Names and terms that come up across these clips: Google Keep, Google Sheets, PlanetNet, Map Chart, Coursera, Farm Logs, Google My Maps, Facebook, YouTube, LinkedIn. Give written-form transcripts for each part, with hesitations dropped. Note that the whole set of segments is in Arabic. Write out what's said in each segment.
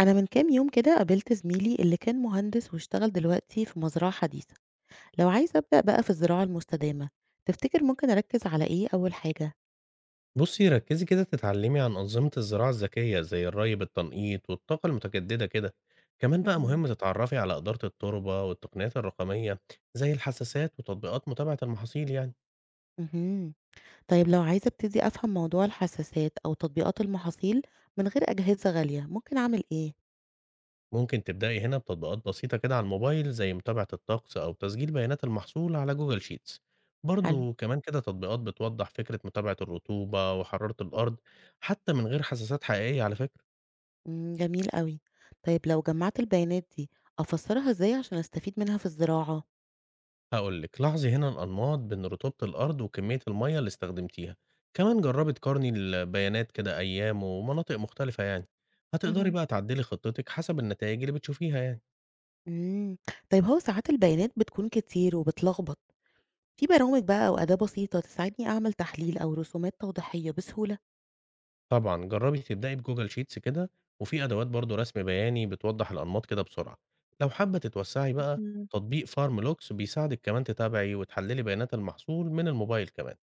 أنا من كام يوم كده قابلت زميلي اللي كان مهندس واشتغل دلوقتي في مزرعة حديثة. لو عايزة أبدأ بقى في الزراعة المستدامة، تفتكر ممكن أركز على إيه أول حاجة؟ بُصّي، ركّزي كده تتعلّمي عن أنظمة الزراعة الذكية، زي الري بالتنقيط والطاقة المتجددة كده. كمان بقى مهم. مهم تتعرّفي على إدارة التربة والتقنيات الرقمية، زي الحساسات وتطبيقات متابعة المحاصيل يعني. مهم. طيب لو عايزة أبتدي أفهم موضوع الحساسات أو تطبيقات المحاصيل من غير أجهزة غالية ممكن أعمل إيه؟ ممكن تبدئي هنا بتطبيقات بسيطة كده على الموبايل، زي متابعة الطقس أو تسجيل بيانات المحصول على Google Sheets. حلو. برضه كمان كده تطبيقات بتوضّح فكرة متابعة الرطوبة وحرارة الأرض، حتى من غير حساسات حقيقية على فكرة. مم، جميل قوي. طيب لو جمعت البيانات دي أفسرها إزاي عشان أستفيد منها في الزراعة؟ هقول لك لاحظي هنا الأنماط بين رطوبة الأرض وكمية المية اللي استخدمتيها. كمان جربي تقارني البيانات كده أيام ومناطق مختلفة يعني. هتقدري مهم. بقى تعدلي خطتك حسب النتائج اللي بتشوفيها يعني. مم. طيب هو ساعات البيانات بتكون كتير وبتلخبط، في برامج بقى أو أداة بسيطة تساعدني أعمل تحليل أو رسومات توضيحية بسهولة؟ طبعا جربي تبدأي بجوجل شيتس كده، وفي أدوات برضو رسم بياني بتوضح الأنماط كده بسرعة. لو حابة تتوسعي بقى، مهم. تطبيق فارم لوكس بيساعدك كمان تتابعي وتحللي بيانات المحصول من الموبايل كمان.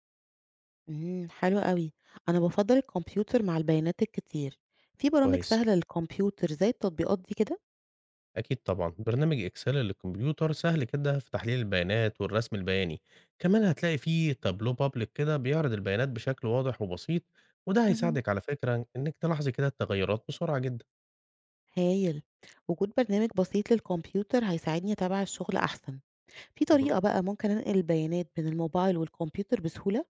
حلو قوي. أنا بفضل الكمبيوتر مع البيانات الكتير، في برامج كويس. سهلة للكمبيوتر زي التطبيقات دي كده؟ أكيد طبعًا، برنامج إكسل للكمبيوتر سهل كده في تحليل البيانات والرسم البياني، كمان هتلاقي فيه تابلو public كده بيعرض البيانات بشكل واضح وبسيط، وده مهم. هيساعدك على فكرة إنِك تلاحظي كده التغيرات بسرعة جدًا. هايل. وجود برنامج بسيط للكمبيوتر هيساعدني أتابع الشغل أحسن، في مهم. طريقة بقى ممكن أنقل البيانات بين الموبايل والكمبيوتر بسهولة؟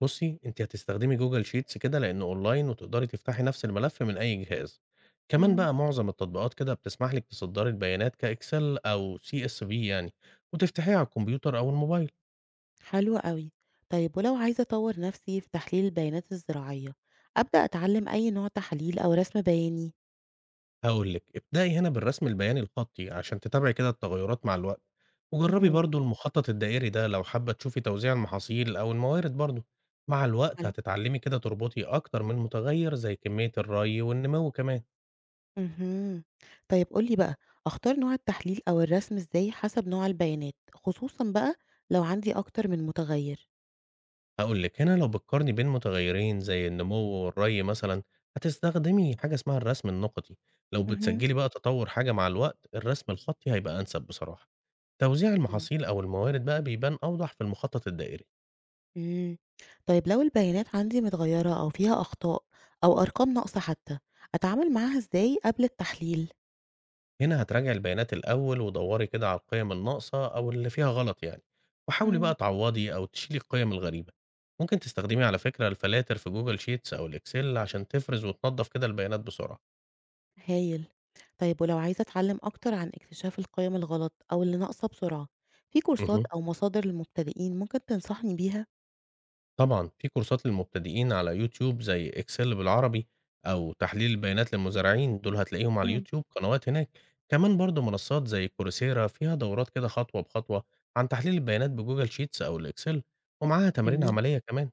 بُصي، أنتِ هتستخدمي Google sheets كده لأنه أونلاين وتقدري تفتحي نفس الملف من أي جهاز، كمان مم. بقى معظم التطبيقات كده بتسمح لِك تصدري البيانات كإكسل أو CSV يعني، وتفتحيها على الكمبيوتر أو الموبايل. حلو قوي. طيب ولو عايزة أطور نفسي في تحليل البيانات الزراعية أبدأ أتعلم أي نوع تحليل أو رسم بياني؟ هاقول لِك، ابدئي هنا بالرسم البياني الخطي عشان تتابعي كده التغيرات مع الوقت، وجربي مهم. برضه المخطط الدائري ده لو حابة تشوفي توزيع المحاصيل أو الموارد برضه، مع الوقت حلو. هتتعلمي كده تربطي أكتر من متغير زي كمية الري والنمو كمان. اهم. طيب قُل لي بقى، أختار نوع التحليل أو الرسم إزاي حسب نوع البيانات، خصوصًا بقى لو عندي أكتر من متغير؟ هاقول لِك هنا لو بتقارني بين متغيرين زي النمو والري مثلًا، هتستخدمي حاجة اسمها الرسم النقطي، لو اهم. بتسجلي بقى تطور حاجة مع الوقت الرسم الخطي هيبقى أنسب بصراحة، توزيع إمم. المحاصيل أو الموارد بقى بيبان أوضح في المخطط الدائري. إمم. طيب لو البيانات عندي متغيرة أو فيها أخطاء أو أرقام ناقصة حتى، أتعامل معاها إزاي قبل التحليل؟ هنا هتراجعي البيانات الأول ودوري كده على القيم الناقصة أو اللي فيها غلط يعني، وحاولي إمم. بقى تعوضي أو تشيلي القيم الغريبة. ممكن تستخدمي على فكرة الفلاتر في جوجل شيتس أو الإكسل عشان تفرز وتنظف كده البيانات بسرعة. هايل. طيب ولو عايزة أتعلم أكتر عن اكتشاف القيم الغلط أو اللي ناقصة بسرعة، في كورسات مه. أو مصادر للمبتدئين ممكن تنصحني بيها؟ طبعا في كورسات للمبتدئين على يوتيوب زي إكسل بالعربي أو تحليل البيانات للمزارعين، دول هتلاقيهم على إمم. اليوتيوب قنوات هناك. كمان برضو منصات زي كورسيرا فيها دورات كده خطوة بخطوة عن تحليل البيانات بجوجل شيتس أو الإكسل، ومعاها تمارين جميل. عملية كمان.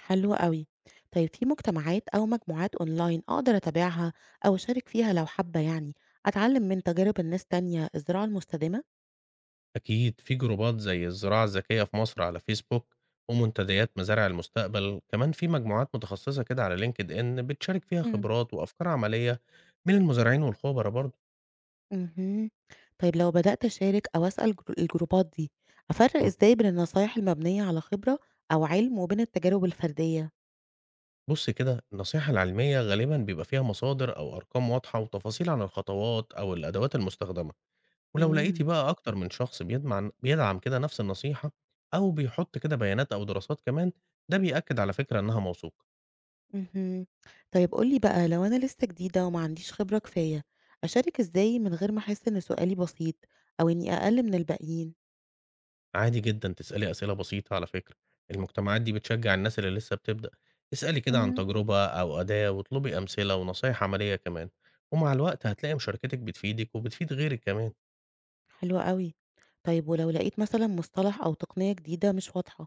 حلو أوي. طيب في مجتمعات أو مجموعات أونلاين أقدر أتابعها أو أشارك فيها لو حابة يعني أتعلم من تجارب الناس تانية الزراعة المستدامة؟ أكيد في جروبات زي الزراعة الذكية في مصر على فيسبوك ومنتديات مزارع المستقبل، كمان في مجموعات متخصصة كده على لينكد إن بتشارك فيها مم. خبرات وأفكار عملية من المزارعين والخبراء برضه. مهم. طيب لو بدأت أشارك أو أسأل الجروبات دي أفرق مم. إزاي بين النصايح المبنية على خبرة أو علم وبين التجارب الفردية؟ بص كده النصيحة العلمية غالبا بيبقى فيها مصادر أو أرقام واضحة وتفاصيل عن الخطوات أو الأدوات المستخدمة، ولو لقيتي مم. بقى أكتر من شخص بيدعم كده نفس النصيحة أو بيحط كده بيانات أو دراسات كمان، ده بيأكد على فكرة إنها موثوقة. مهم. طيب قولي بقى لو أنا لسه جديدة وما عنديش خبرة كفاية أشارك إزاي من غير ما أحس إن سؤالي بسيط أو إني أقل من الباقيين؟ عادي جدًا تسألي أسئلة بسيطة على فكرة، المجتمعات دي بتشجّع الناس اللي لسه بتبدأ، اسألي كده عن تجربة أو أداة واطلبي أمثلة ونصايح عملية كمان، ومع الوقت هتلاقي مشاركتِك بتفيدِك وبتفيد غيرِك كمان. حلو أوي. طيب ولو لقيت مثلًا مصطلح أو تقنية جديدة مش واضحة،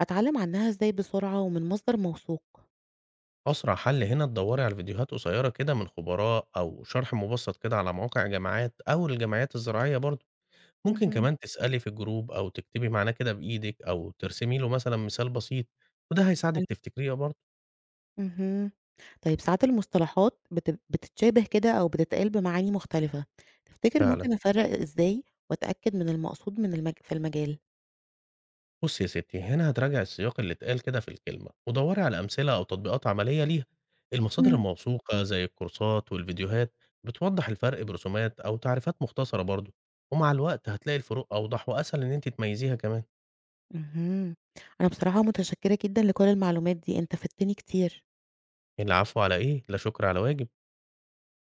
أتعلم عنها إزاي بسرعة ومن مصدر موثوق؟ أسرع حل هنا تدوّري على فيديوهات قصيرة كده من خبراء أو شرح مبسط كده على مواقع جامعات أو الجمعيات الزراعية برضه، ممكن اهم. كمان تسألي في الجروب أو تكتبي معناه كده بإيدِك أو ترسمي له مثلًا مثال بسيط، وده هيساعدِك حلو. تفتكريه برضه. اهم. طيب ساعات المصطلحات بتتشابه كده أو بتتقال بمعاني مختلفة، تفتكر فعلًا. ممكن أفرّق إزاي وأتأكد من المقصود من في المجال؟ بصي يا ستي هنا هتراجع السياق اللي اتقال كده في الكلمة ودوري على أمثلة أو تطبيقات عملية ليها. المصادر إمم. الموثوقة زي الكورسات والفيديوهات بتوضح الفرق برسومات أو تعريفات مختصرة برضه، ومع الوقت هتلاقي الفروق أوضح وأسهل إن أنت تميزيها كمان. اهم. أنا بصراحة متشكرة جدًا لكل المعلومات دي، أنت فدتني كتير. العفو، على إيه؟ لا شكر على واجب.